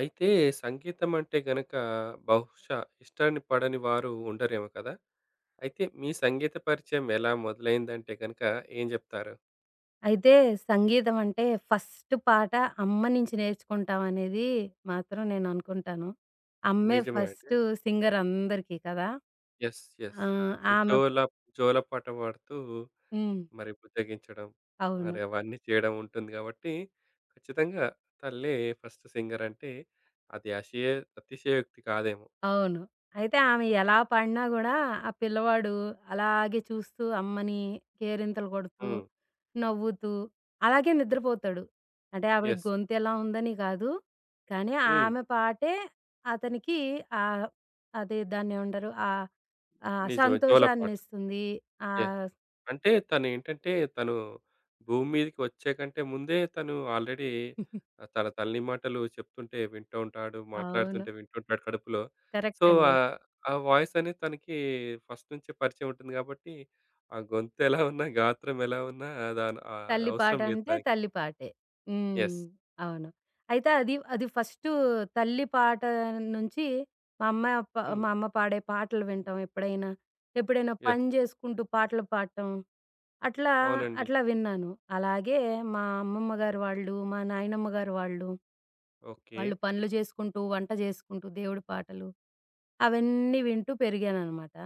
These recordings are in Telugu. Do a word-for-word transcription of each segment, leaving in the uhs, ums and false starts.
అయితే సంగీతం అంటే గనక బహుశా ఇష్టాన్ని పడని వారు ఉండరేమో కదా! అయితే మీ సంగీత పరిచయం ఎలా మొదలైందంటే గనక ఏం జెప్తారు? అయితే సంగీతం అంటే ఫస్ట్ పాట అమ్మ నుంచి నేర్చుకుంటామనేది మాత్రం నేననుకుంటాను. అమ్మే నిజమే అంటే ఫస్ట్ సింగర్ అందరికీ కదా! యెస్. యెస్. ఆ! ఆమె జోల జోలపాట పాడుతూ హ్మ్. మరి బుజ్జగించడం, మరి అవును. అవన్నీ చేయడం ఉంటుంది గాబట్టి, ఖచ్చితంగా తల్లే ఫస్ట్ సింగర్ అంటే అది అశయ అతిశయోక్తి కాదేమో! అవును. అయితే ఆమె ఎలా పడినా గూడా, ఆ పిల్లవాడు అలాగే చూస్తూ అమ్మని కేరింతలు కొడుతూ, హ్మ్. నవ్వుతూ అలాగే నిద్రపోతాడు. అంటే ఆవిడ యెస్. గొంతెలా ఉందని గాదు. కానీ హ్మ్. ఆమె పాటే అతనికి ఆహ్, అది దాన్నేమంటారు? ఆహ్, ఆ నిజమే. జోలపాట. సంతోషాన్నిస్తుంది. యెస్. ఆహ్ అంటే తనేంటంటే తను భూమి మీదకి వచ్చే కంటే ముందే తను ఆల్రెడీ ఆహ్, తన తల్లి మాటలు చెప్తుంటే వింటూ ఉంటాడు. అవును. మాట్లాడుతుంటే వింటుంటాడు కడుపులో. కరెక్ట్ సో, అండి. ఆహ్, ఆ వాయిస్ అనేది తనకి ఫస్ట్ నుంచే పరిచయం ఉంటుంది కాబట్టి, ఆ గొంతు ఎలా ఉన్నా, గాత్రం ఎలా ఉన్నా దాని ఆహ్, అది తల్లి అవసరం లేదు పాటంటే తనకి. తల్లి పాటే. యెస్. హ్మ్. అవును. అయితే అది, అది ఫస్టు తల్లి పాట నుంచి మా అమ్మ ప హ్మ్. మా అమ్మ పాడే పాటలు వినటం ఎప్పుడైనా. ఎప్పుడైనా యెస్. పని జేసుకుంటూ పాటలు పాడటం. అట్లా, అవునండి. అట్లా విన్నాను. అలాగే మా అమ్మమ్మ గారు వాళ్ళు, మా నాయనమ్మ గారు వాళ్ళు, ఓకే. వాళ్ళు పనులు జేసుకుంటూ, వంట జేసుకుంటూ దేవుడి పాటలు అవన్నీ వింటూ పెరిగాననమాట.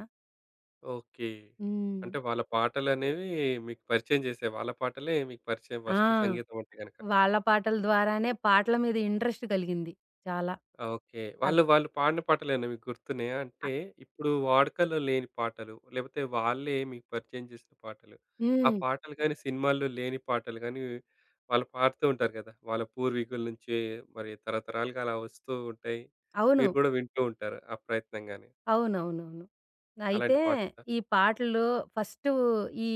ఓకే. హ్మ్. అంటే వాళ్ళ పాటలనేవి మీకు పరిచయం చేసాయి. వాళ్ళ పాటలే మీకు పరిచయం ఆ! ఫస్ట్ సంగీతం అంటే గనక. వాళ్ళ పాటల ద్వారానే పాటల మీద ఇంట్రెస్ట్ కలిగింది చాలా. ఓకే. వాళ్ళు వాళ్ళు పాడిన పాటలేనా మీకు గుర్తున్నాయా? అ అంటే ఇప్పుడు వాడుకలో లేని పాటలు, లేపోతే వాళ్ళే మీకు పరిచయం చేసిన పాటలు. ఆ హ్మ్. పాటలు గాని, సినిమాల్లో లేని పాటలు గాని, వాళ్ళు పాడుతూ ఉంటారు కదా! వాళ్ళ పూర్వీకుల నుంచి మరి తరతరాలుగా అలా వస్తూ ఉంటాయి. అవును. మీరు కూడా వింటూ ఉంటారు ఆ ప్రయత్నంగానే. అవునవునవును. అయితే అలాంటి పాట ఈ పాటలు ఫస్టు ఈ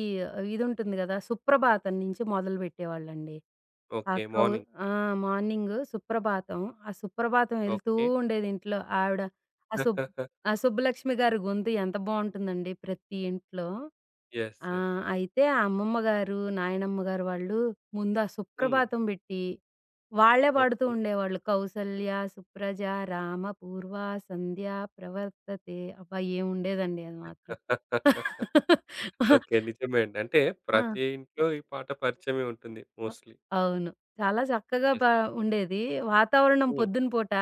ఇదుంటుంది గదా! 'సుప్రభాతం' నుంచి మొదలుపెట్టేవాళ్ళండి. ఆ! ఓకే. కౌ 'మార్నింగ్' ఆ! మార్నింగు సుప్రభాతం. ఆ సుప్రభాతం ఎళ్తూ ఓకే. ఉండేది ఇంట్లో. ఆవిడ ఆ సుబ్ ఆ సుబ్బలక్ష్మి గారి గొంతు ఎంత బావుంటుందండి ప్రతి ఇంట్లో. యెస్. ఆ! యెస్. అయితే ఆ అమ్మమ్మ గారు, నాయనమ్మ గారు వాళ్ళు ముందు ఆ హ్మ్. సుప్రభాతం బెట్టి, వాళ్ళే పాడుతూ ఓకే. ఉండేవాళ్ళు. కౌసల్య, సుప్రజ, రామ, పూర్వ, సంధ్య, ప్రవర్తతే. అబ్బా! ఏముండేదండి అది మాత్రం. ఓకే. నిజమే అండి. అంటే ఆ! ప్రతి ఇంట్లో ఈ పాట పరిచయమే ఉంటుంది అ మోస్ట్‌లీ. అవును. చాలా చక్కగా యెస్. బా ఉండేది. వాతావరణం హ్మ్. పొద్దున పూట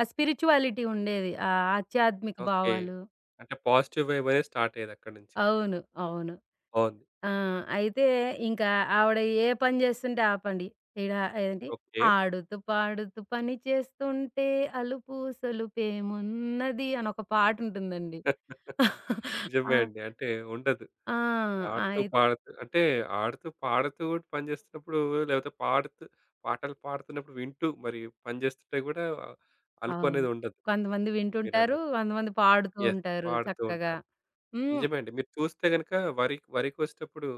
ఆ స్పిరిచ్యువాలిటీ ఉండేది. ఆ ఆధ్యాత్మిక ఓకే. భావాలు. అంటే పాజిటివ్ వైబ్ అనేది స్టార్ట్ అయ్యేది అక్కడి నుంచి. అవును. అవును. బావుంది. ఆ! అయితే ఇంకా ఆవిడ ఏ పని జేస్తుంటే ఆ పని. ఈడ ఏంటి ఓకే. ఆడుతూ పాడుతూ పని చేస్తుంటే అలుపు సొలుపేమున్నది అనొక పాటుంటుందండి. ఆ! నిజమే అండి. అంటే ఉండదు. ఆ! ఆడుతూ, అయిత్ పాడుతూ అంటే ఆడుతూ, పాడుతూ కూడా పని చేస్తున్నప్పుడు లేకపోతే పాడుతూ పాటలు పాడుతున్నప్పుడు వింటూ మరి పని చేస్తుంటే కూడా అలుపు అవును. అనేది ఉండదు. కొంతమంది వింటుంటారు. మీరన్నట్టు. కొంతమంది పాడుతూ యెస్. ఉంటారు పాడుతూ చక్కగా. ఉంటారు. హ్మ్. నిజమే అండి. మీరు చూస్తే గనుక వరి వరికోసేటప్పుడు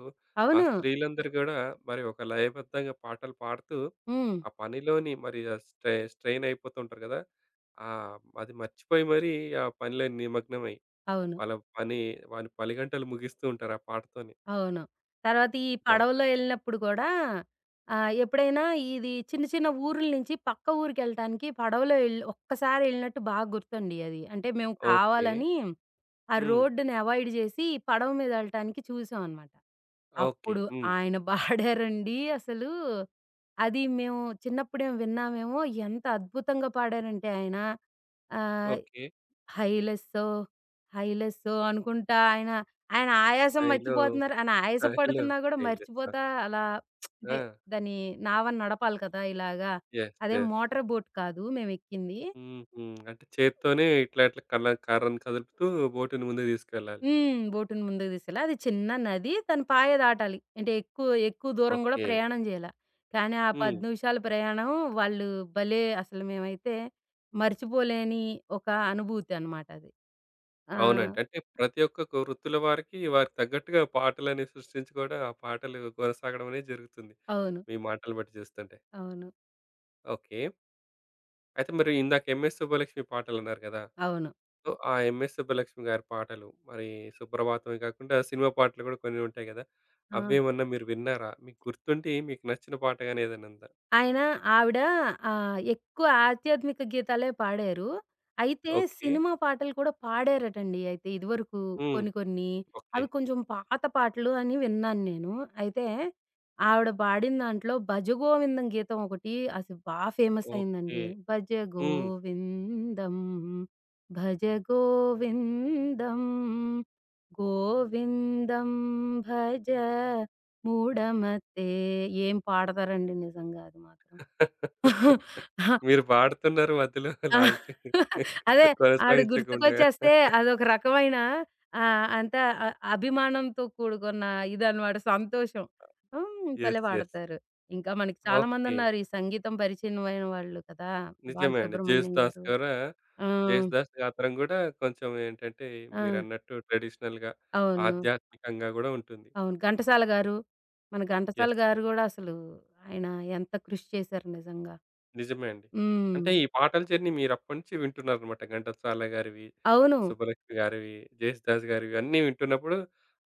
ఆ అవును. స్త్రీలందరూ గూడా మరి ఒక లయబద్ధంగా పాటలు పాడుతూ, హ్మ్. ఆ పనిలోని మరి ఆ స్ట్రె స్ట్రెయిన్ అయిపోతుంటారు గదా! ఆహ్, అది మర్చిపోయి మరి ఆ పనిలో నిమగ్నమై అవును. వాళ్ళ పని వాళ్ళ పనిగంటలు ముగిస్తూ ఉంటారు ఆ పాటతోని. అవును. తర్వాత ఈ బావుంటది. పడవలో ఎళ్ళినప్పుడు కూడా ఆహ్, ఎప్పుడైనా ఇది చిన్న చిన్న ఊరుల నుంచి పక్క ఊరికెళ్ళటానికి పడవలో ఎళ్ళి ఒక్కసారి ఎళ్ళినట్టు బాగా గుర్తండి అది. అంటే మేము ఓకే. కావాలని ఆ హ్మ్. రోడ్డుని అవాయిడ్ జేసి పడవ మీద ఎళ్ళటానికి చూసామనమాట. ఓకే. అప్పుడు హ్మ్. ఆయన పాడారండి అసలు. అది మేము చిన్నప్పుడేం విన్నామేమో, ఎంత అద్భుతంగా పాడారంటే ఆయన ఆహ్, ఓకే. హైలెస్సో, హైలెస్సో అనుకుంటా ఆయన, ఆయన ఆయాసం ఐ లవ్ మర్చిపోతున్నారు. ఆయన ఐ లవ్ ఆయాసపడుతున్నా కూడా ఐ లవ్ సాంగ్. మర్చిపోతా అలా ఆ! అంటే దాని నావని నడపాలి కదా! ఇలాగా. యెస్. అదే యెస్. మోటార్ బోట్ కాదు మేమెక్కింది. హుహు. అంటే చేత్తోనే ఇట్లా ఇట్లా కళ్ళ కర్రని కదులుతూ బోటిని ముందుకు తీసుకెళ్ళాలి. హ్మ్. బోటుని ముందుకు తీసుకెళ్ళా. అది చిన్న నది. తను పాయ దాటాలి. అంటే ఎక్కువ, ఎక్కువ దూరం గూడా ఓకే. ప్రయాణం జేయాల. కానీ ఆ హ్మ్. పది నిమిషాల ప్రయాణం వాళ్ళు భలే అసలు మేమైతే మర్చిపోలేని ఒక అనుభూతి అన్నమాట అది. ఆ! అవునండి. అంటే ప్రతి ఒక్క కు వృత్తుల వారికి, వారికి తగ్గట్టుగా పాటలని సృష్టించి కూడా ఆ పాటలు కొనసాగడం అనేది జరుగుతుంది. అవును. మీ మాటలు బట్టి చూస్తుంటే. అవును. ఓకే. అయితే మరి ఇందాక 'ఎంఎస్ సుబ్బలక్ష్మి' పాటలన్నారు కదా! అవును. సో, ఆ 'ఎంఎస్ సుబ్బలక్ష్మి' గారి పాటలు మరి సుప్రభాతమే కాకుండా సినిమా పాటలు కూడా కొన్ని ఉంటాయి కదా! ఆ! అవేమన్నా మీరు విన్నారా? మీకు గుర్తుండి మీకు నచ్చిన పాట గాని ఏదైనా ఉందా? ఆయన ఆవిడ ఆహ్, ఎక్కువ ఆధ్యాత్మిక గీతాలే పాడారు. అయితే ఓకే. సినిమా పాటలు కూడా పాడారటండి అయితే ఇదివరకు హ్మ్. కొన్ని కొన్ని. ఓకే. అవి కొంచెం పాత పాటలు అని విన్నాను నేను. అయితే ఆవిడ పాడిన దాంట్లో 'భజగోవిందం' గీతం ఒకటి అసలు బా ఫేమస్ ఓకే. అయిందండి. భజ హ్మ్. గోవిందం, భజ గోవిందం, గోవిందం భజ మూఢమతే ఏం పాడతారండి నిజంగా అది మాత్రం. మీరు పాడుతున్నారు మధ్యలో లాస్ట్‌కి అదే ఆవిడ కొనసాగించకుండా. గుర్తుకొచ్చేస్తే అదొక రకమైన ఆహ్, అంతా అ అభిమానంతో కూడుకున్న ఇదనమాట సంతోషం. హ్మ్. భలే యెస్. యెస్. పాడతారు. ఇంకా మనకి చాలా ఓకే. మందున్నారు ఈ సంగీతం పరిచయమైన వాళ్ళు కదా! నిజమే అండి. బాలసుబ్రహ్మణ్యం 'జేసుదాస్' గారు. కూడా ఆ! 'జేసుదాస్' గాత్రం కూడా కొంచెం ఏంటంటే ఆ! మీరన్నట్టు ట్రెడిషనల్‌గా, అవును. ఆధ్యాత్మికంగా గూడా ఉంటుంది. అవును. ఘంటసాల గారు. మన ఘంటసాల యెస్. గారు గూడా అసలు ఆయన ఎంత కృషి చేశారు నిజంగా. నిజమే అండి. హ్మ్. అంటే ఈ పాటల జర్నీ మీరప్పటినుంచి వింటున్నారనమాట. ఘంటసాల గారివి, అవును. సుబ్బలక్ష్మి గారివి, జేసుదాస్ గారివి అన్నీ వింటున్నప్పుడు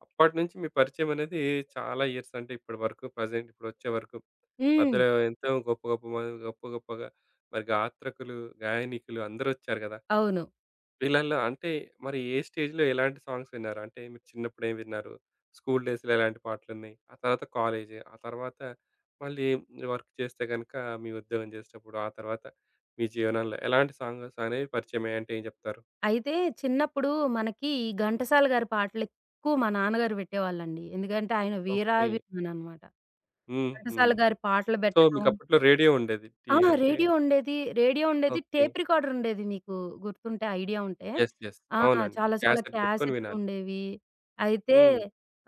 అప్పటినుంచి మీ పరిచయం అనేది చాలా ఇయర్స్ అంటే ఇప్పటి వరకు ప్రెజెంట్ ఇప్పుడొచ్చే వరకు. హ్మ్. మధ్యలో ఎంతో గొప్ప గొప్ప మ గొప్ప గొప్పగా మరి గాత్రకులు, గాయనికులు అందరొచ్చారు గదా! అవును. వీళ్ళల్లో అంటే మరి ఏ స్టేజ్‌లో ఎలాంటి సాంగ్స్ విన్నారు? అంటే మీరు చిన్నప్పుడు ఏం విన్నారు? స్కూల్ డేస్‌లో ఎలాంటి పాటలున్నాయి? ఆ తర్వాత కాలేజ్, ఆ తర్వాత మళ్ళీ వర్క్ చేస్తే గనుక మీ ఉద్యోగం చేసేటప్పుడు, ఆ తర్వాత మీ జీవనంలో ఎలాంటి సాంగ్స్ అనేవి పరిచయమయ్యాయి అంటే ఏం చెప్తారు? అయితే చిన్నప్పుడు మనకి ఈ ఘంటసాల గారి పాటలెక్కువ మా నాన్నగారు పెట్టేవాళ్ళండి. ఎందుకంటే ఆయన ఓకే. వీరాభిమాననమాట. హుహు. ఘంటసాల గారి పాటలు సో, పెట్టడం మీకప్పట్లో రేడియో ఉండేది. టీ ఆ! అంటే రేడియో ఉండేది. రేడియో ఉండేది. ఓకే. టేప్ రికార్డర్ ఉండేది మీకు గుర్తుంటే, ఐడియా ఉంటే. యెస్. యెస్. ఆ! అవునండి. చాలా చాలా క్యాసెట్ పెట్టుకొని వినాలి. క్యాసెట్లుండేవి. అయితే హ్మ్.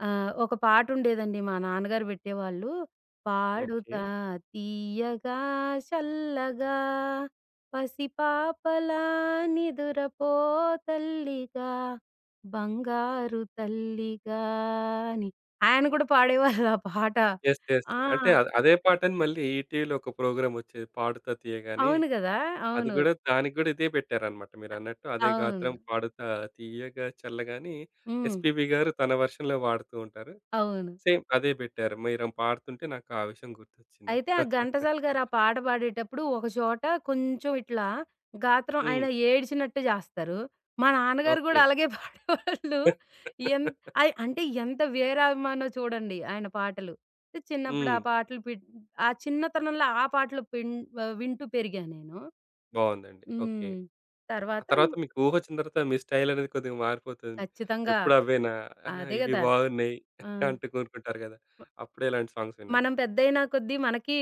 ఆహ్, ఒక పాటుండేదండి మా నాన్నగారు పెట్టేవాళ్ళు. ఓకే. పాడుతా తీయగా చల్లగా పసిపాపలా నిదురపో తల్లిగా బంగారు తల్లిగా అని. ఆయన కూడా పాడేవాళ్ళు ఆ పాట. యెస్. యెస్. ఆ! అంటే అ అదే పాటని మళ్ళీ ఈటీవీలో ఒక ప్రోగ్రామ్ వచ్చేది. పాడుతా తీయగా అని అవును గదా! అది అవును. గూడా దానికి గూడా ఇదే పెట్టారనమాట మీరన్నట్టు. అదే గాత్రం అవును. పాడుతా తీయగా చల్లగా అని హ్మ్. ఎస్‌పీబీ గారు తన వర్షన్‌లో వాడుతూ ఉంటారు. అవును. సేమ్ అదే బెట్టారు. మీరు పాడుతుంటే నాకు ఆ విషయం గుర్తొచ్చింది. అయితే ఆ ఘంటసాల గారు ఆ పాట పాడేటప్పుడు ఒక చోట కొంచెం ఇట్లా గాత్రం హ్మ్. ఆయన ఏడ్చినట్టు జేస్తారు. మా నాన్నగారు ఓకే. గూడా అలాగే పాడేవాళ్ళు. ఎన్ అయ్ అంటే ఎంత వీరాభిమానో చూడండి ఆయన పాటలు. చిన్నప్పుడు హ్మ్. ఆ పాటలు పిన్ ఆ చిన్నతనంలో ఆ పాటలు పిన్ ఆహ్, వింటూ పెరిగా నేను. బావుందండి. ఓకే. హ్మ్. ఆ తర్వాత తర్వాత మీకు ఊహొచ్చిన తర్వాత మీ స్టైల్ అనేది కొద్దిగా మారిపోతుంది. ఖచ్చితంగా. ఎప్పుడు అవేనా? ఆహా! అదే ఇవి గదా! బాగున్నాయి ఆ! అంటూ కోరుకుంటారు గదా! అప్పుడే ఇలాంటి సాంగ్స్ విన్నారు. మనం పెద్దయిన కొద్దీ మనకి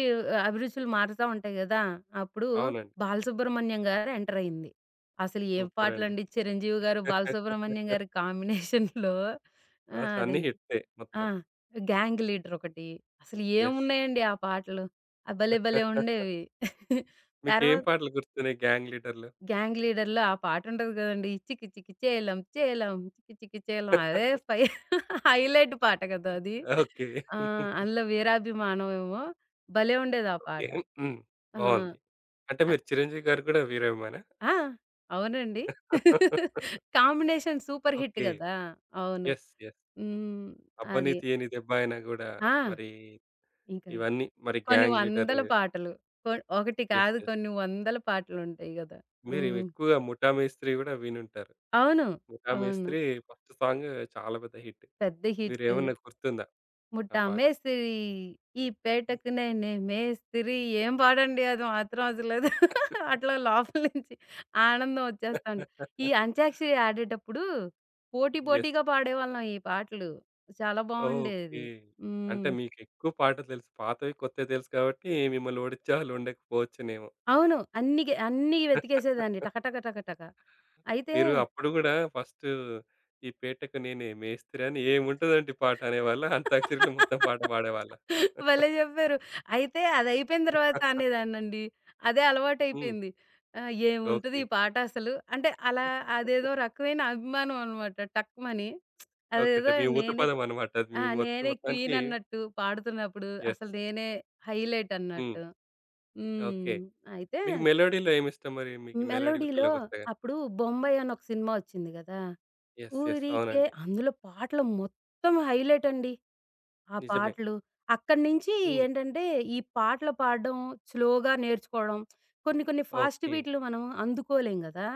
అభిరుచులు మారుతా ఉంటాయి గదా! అప్పుడు అవునండి. 'బాలసుబ్రహ్మణ్యం' గారు ఎంటరయింది. అసలు ఏం సూపర్ అండి. పాటలండి 'చిరంజీవి' గారు, 'బాలసుబ్రహ్మణ్యం' గారి కాంబినేషన్‌లో ఆహ్, అసలన్నీ అదేంటి హిట్సే ఆ! మొత్తం. 'గ్యాంగ్ లీడర్' ఒకటి. అసలు యెస్. ఏమున్నాయండి ఆ పాటలు. ఆ భలే భలే ఉండేవి. తర్వా మీకేం పాటలు గుర్తున్నాయి గ్యాంగ్ లీడర్‌లో? గ్యాంగ్ లీడర్‌లో ఆ పాటుంటది గదండీ! ఇచ్చికి చికి చికి చేలం చేలం చికి చికి చేలం అదే ఫై హైలైట్ పాట గదా అది. ఓకే. ఆ! అందులో వీరాభిమానం ఏమో భలే ఉండేది ఆ ఓకే. పాట. హ్మ్. ఆ! బావుంది. అంటే అ మీరు 'చిరంజీవి' గారు కూడా వీరాభిమానా? ఆ! అవునండి. Combination super hit okay. గదా! అవును. యెస్. యెస్. హ్మ్. 'అబ్బని అది. తీయని దెబ్బ అయినా' గూడా ఆ! మరి ఇంకా ఇవన్నీ మరి కొన్ని గ్యాంగ్ లీడరు. వందల పాటలు. కొ ఒకటి యెస్. కాదు యెస్. కొన్ని వందల పాటలుంటాయి గదా! మీరు హ్మ్. ఎక్కువగా 'ముఠా మేస్త్రి' గూడా వినుంటారు. అవును. 'ముఠా అవును. మేస్త్రి' ఫస్ట్ సాంగ్ చాలా పెద్ద హిట్. పెద్ద హిట్. మీరేమన్నా గుర్తుందా ఆ 'ముఠా పాట? మేస్తిరి ఈ పేటకు నేనే మేస్తిరి' ఏం పాడండి అది మాత్రం అసలది అట్లా లోపల నుంచి ఆనందం వచ్చేస్తా ఉంటది. ఈ అంత్యాక్షరి ఆడేటప్పుడు పోటీ యెస్. పోటీగా పాడేవాళ్ళం ఈ పాటలు. చాలా ఓకే. బావుండేది. అంటే హ్మ్. మీకెక్కువ పాటలు తెలుసు. పాతవి, కొత్తవి తెలుసు కాబట్టి మిమ్మల్ని ఓడించే వాళ్ళు ఉండకపోవచ్చునేమో. అవును. అన్ని గె అన్నీ వెతికేసేదాన్ని టక టక టక టక. అయితే మీరు అప్పుడు గూడా ఫస్టు ఈ పేటకు నేనే మేస్తిరి అని ఏముంటదండి పాట అనేవాళ్ళా? అంత్యాక్షరిలో మొత్తం పాట పాడేవాళ్ళా? భలే జెప్పారు. అయితే అదయిపోయిన తర్వాత అనేదాన్నండి. అదే హ్మ్. అలవాటయిపోయింది. ఆహ్, ఏముంటది ఓకే. ఈ పాట అసలు అంటే అలా అదేదో రకమైన అభిమానం అనమాట టక్‌మని. ఓకే. అంటే అదేదో మీ ఊత నేనే పదం అనమాట. అది ఆ! మీ మొత్తం నేనే క్వీన్ మొత్తానికి అన్నట్టు పాడుతున్నప్పుడు అసలు యెస్. నేనే హైలైట్ హ్మ్. అన్నట్టు. హ్మ్. ఓకే. అయితే మీకు మెలోడీలో ఏమిష్టం మరి? మీకు మెలోడీలో మెలోడీలలోకొస్తే గనుక? అప్పుడు 'బొంబాయి' అని ఒక సినిమా ఒచ్చింది గదా! యెస్. యెస్. ఊరికే అవునండి. అందులో పాటలు మొత్తం హైలైట్ అండి. ఆ నిజమే. పాటలు. అక్కడి నుంచి హ్మ్. ఏంటంటే, ఈ పాటలు పాడడం, స్లోగా నేర్చుకోవడం. కొన్ని కొన్ని ఫాస్ట్ ఓకే. బీట్లు మనం అందుకోలేం గదా!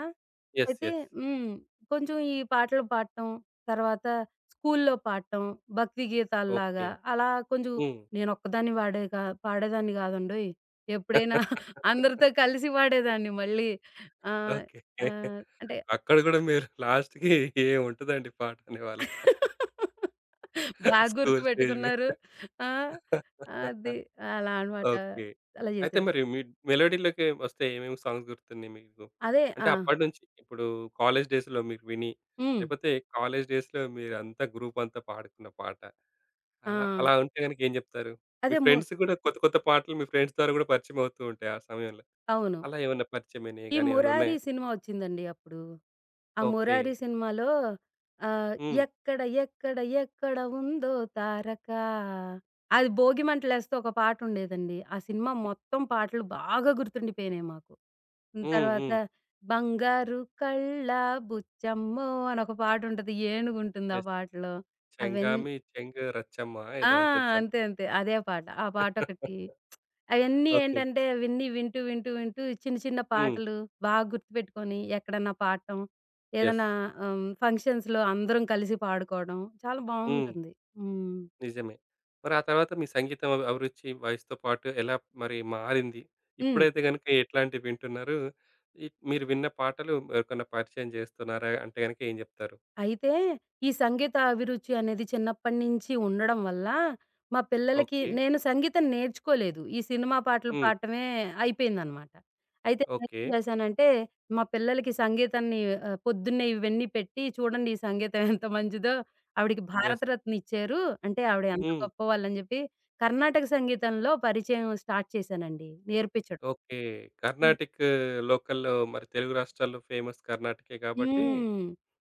యెస్. అయితే యెస్. హ్మ్. కొంచెం ఈ పాటలు పాడటం, తర్వాత స్కూల్లో పాడటం, భక్తి ఓకే. గీతాల్లాగా అలా కొంచెం హ్మ్. నేనొక్కదాన్ని పాడే కా పాడేదాన్ని గాదండోయ్! ఎప్పుడైనా అందరితో కలిసి పాడేదాన్ని మళ్ళీ. ఆహ్, ఓకే. ఆహ్, అంటే అక్కడ గూడా మీరు లాస్ట్‌కి ఏముంటదండి పాట అనేవాళ్ళు. బాగా స్కూల్ స్టేజ్ మీద. గుర్తుపెట్టుకున్నారు. ఆ! అది అలా అనమాట. ఓకే. అలా అయితే చేసేదాన్ని. మరి మీ మెలోడీలోకి వస్తే ఏమేమి సాంగ్స్ గుర్తున్నాయి మీకు? అదే అంటే ఆ! అప్పటినుంచి ఇప్పుడు కాలేజ్ డేస్‌లో మీరు విని, హ్మ్. లేపోతే కాలేజ్ డేస్‌లో మీరంతా గ్రూపంతా పాడుకున్న పాట. ఆ! అలా అలా ఉంటే గనక ఏం జెప్తారు? మీ అదే ము ఫ్రెండ్స్ గూడా కొత్త కొత్త పాటలు మీ ఫ్రెండ్స్ ద్వారా గూడా పరిచయం అవుతూ ఉంటాయి ఆ సమయంలో. అవును. అలా ఏమన్నా పరిచయమైనయి ఈ గాని 'మురారి' ఏమన్నున్నాయా? సినిమా వచ్చిందండి అప్పుడు. ఆ ఓకే. 'మురారి' సినిమాలో ఆహ్, హ్మ్. ఎక్కడ ఎక్కడ ఎక్కడ ఉందో తారక అది భోగిమంటలేస్తే ఒక పాటుండేదండి. ఆ సినిమా మొత్తం పాటలు బాగా గుర్తుండిపోయినాయి మాకు. హ్మ్. తర్వాత హ్మ్. 'బంగారు కళ్ళ బుచ్చమ్మో' అనొక పాటుంటది. ఏనుగుంటుంది ఆ యెస్. పాటలో. అవన్నీ 'చెంగామి చెంగు రచ్చమ్మ' ఆ! ఏదో ఉంటది సం అంతే అంతే. అదే పాట. ఆ పాటొకటి. అయన్నీ ఓకే. ఏంటంటే అవన్నీ వింటూ, వింటూ, వింటూ చిన్న, చిన్న హ్మ్. పాటలు బాగా గుర్తుపెట్టుకొని ఎక్కడన్నా పాడటం. యెస్. ఏదన్నా ఆహ్, ఫంక్షన్స్‌లో అందరం కలిసి పాడుకోవడం. చాలా హ్మ్. బావుంటుంది. హ్మ్. నిజమే. మరి ఆ తర్వాత మీ సంగీతం అభి అభిరుచి వయసుతో పాటు ఎలా మరి మారింది? హ్మ్. ఇప్పుడైతే గనుక ఎట్లాంటివి వింటున్నారు? ఇ మీరు విన్న పాటలు ఎవరికన్నా పరిచయం చేస్తున్నారా? అంటే గనుక ఏం చెప్తారు? అయితే, ఈ సంగీత అభిరుచి అనేది చిన్నప్పటి నుంచి ఉండడం వల్ల, మా పిల్లలకి ఓకే. నేను సంగీతం నేర్చుకోలేదు. ఈ సినిమా పాటలు హ్మ్. పాడటమే అయిపోయిందనమాట. అయితే ఓకే. నేనేం చేశానంటే, మా పిల్లలకి సంగీతాన్ని ఆహ్, పొద్దున్నే ఇవన్నీ పెట్టి, చూడండి ఈ సంగీతం ఎంత మంచిదో, ఆవిడకి యెస్. భారతరత్న ఇచ్చారు. అంటే ఆవిడ ఎంత హ్మ్. గొప్పవాళ్ళని చెప్పి, కర్ణాటక సంగీతంలో పరిచయం స్టార్ట్ చేశానండి నేర్పించడం. ఓకే. హ్మ్. కర్ణాటిక్ లోకల్‌లో మరి తెలుగు రాష్ట్రాల్లో ఫేమస్ కర్ణాటకే కాబట్టి హ్మ్.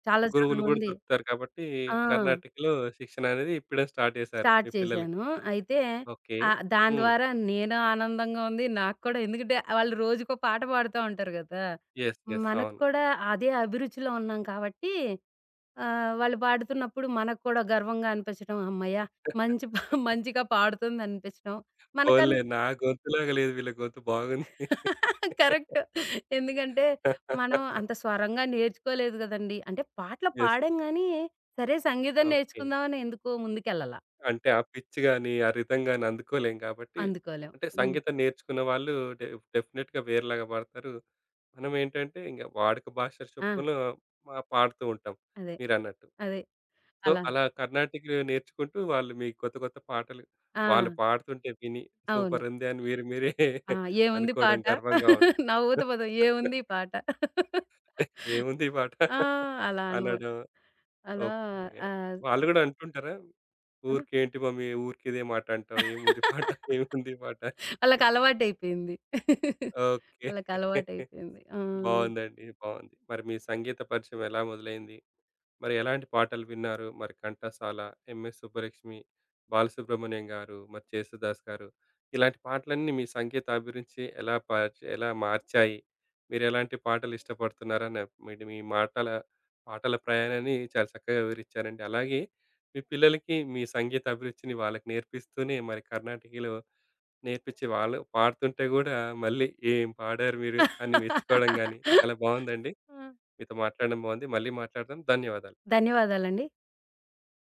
చాలా చాలా గురువులు గూడా మంది దొరుకుతారు కాబట్టి, ఆ! కర్ణాటికలో శిక్షణ అనేది ఇప్పుడే స్టార్ట్ చేశారు స్టార్ట్ మీ పిల్లలకి. చేశాను. అయితే ఓకే. ఆహ్, దాని హ్మ్. ద్వారా నేను ఆనందంగా ఉంది. నాకు కూడా ఎందుకంటే వాళ్ళు రోజుకో పాట పాడుతా ఉంటారు గదా! యెస్. యెస్. మనకు అవును. కూడా అదే అభిరుచిలో ఉన్నాం కాబట్టి ఆహ్, వాళ్ళు పాడుతున్నప్పుడు మనకు కూడా గర్వంగా అనిపించడం. హమ్మయ్య! మంచి పా మంచిగా పాడుతుంది అనిపించడం. మనకన్ పోన్లే నా గొంతులాగా లేదు వీళ్ళ గొంతు బాగుంది. కరెక్ట్. ఎందుకంటే మనం అంత స్వరంగా నేర్చుకోలేదు గదండీ. అంటే పాటలు యెస్. పాడాం గానీ, సరే సంగీతం ఓకే. నేర్చుకుందామని ఎందుకు ముందుకెళ్ళలా. అంటే ఆ పిచ్ గాని, ఆ రిథమ్ గాని అందుకోలేం కాబట్టి, అందుకోలేం. అంటే హ్మ్. సంగీతం నేర్చుకున్న వాళ్ళు డె డెఫినిట్‌గా వేరేలాగా పాడతారు. మనమేంటంటే ఇంక వాడుక భాష ఆ! చొప్పున మా పాడుతూ ఉంటాం అదే. మీరన్నట్టు. అదే. సో, అలా. అలా కర్ణాటిక్ నేర్చుకుంటూ వాళ్ళు మీకు కొత్త కొత్త పాటలు ఆ! వాళ్ళు పాడుతుంటే విని అవును. సూపరుంది అని మీరు మీరే ఆ! ఏముంది అనుకోవడం పాట? గర్వంగా ఉంటుంది. నా ఊత పదం ఏముంది ఈ పాట? ఏముంది ఈ పాట ఆ! అలా అనమాట. అనడం. అలా ఓకే. ఆహ్, వాళ్ళు గూడా అంటుంటారా? ఆ! ఊరికేంటి మమ్మీ ఊరికే ఇదే మాట అంటావు. ఏముంది పాట ఏముంది పాట. వాళ్ళకి అలవాటయిపోయింది. ఓకే. వాళ్ళకి అలవాటయిపోయింది. ఆ! బావుందండి. బావుంది. మరి మీ సంగీత పరిచయం ఎలా మొదలైంది? మరి ఎలాంటి పాటలు విన్నారు? మరి 'ఘంటసాల', 'ఎంఎస్ సుబ్బలక్ష్మి', బాలసుబ్రహ్మణ్యం గారు, మరి 'జేసుదాస్' గారు ఇలాంటి పాటలన్నీ మీ సంగీత అభిరుచి ఎలా పార్చ్ ఎలా మార్చాయి? మీరెలాంటి పాటలు ఇష్టపడుతున్నారని మీడి మీ మాటల పాటల ప్రయాణాన్ని చాలా చక్కగా వివరించారండి. అలాగే మీ పిల్లలకి మీ సంగీత అభిరుచిని వాళ్ళకి నేర్పిస్తూనే మరి కర్ణాటకీలో నేర్పించి వాళ్ళు పాడుతుంటే గూడా మళ్ళీ "ఏం పాడారు మీరు" ఆ! అని మెచ్చుకోవడం గాని చాలా బావుందండి. మీతో మాట్లాడడం బావుంది. మళ్ళీ మాట్లాడదాం. ధన్యవాదాలు. ధన్యవాదాలండి.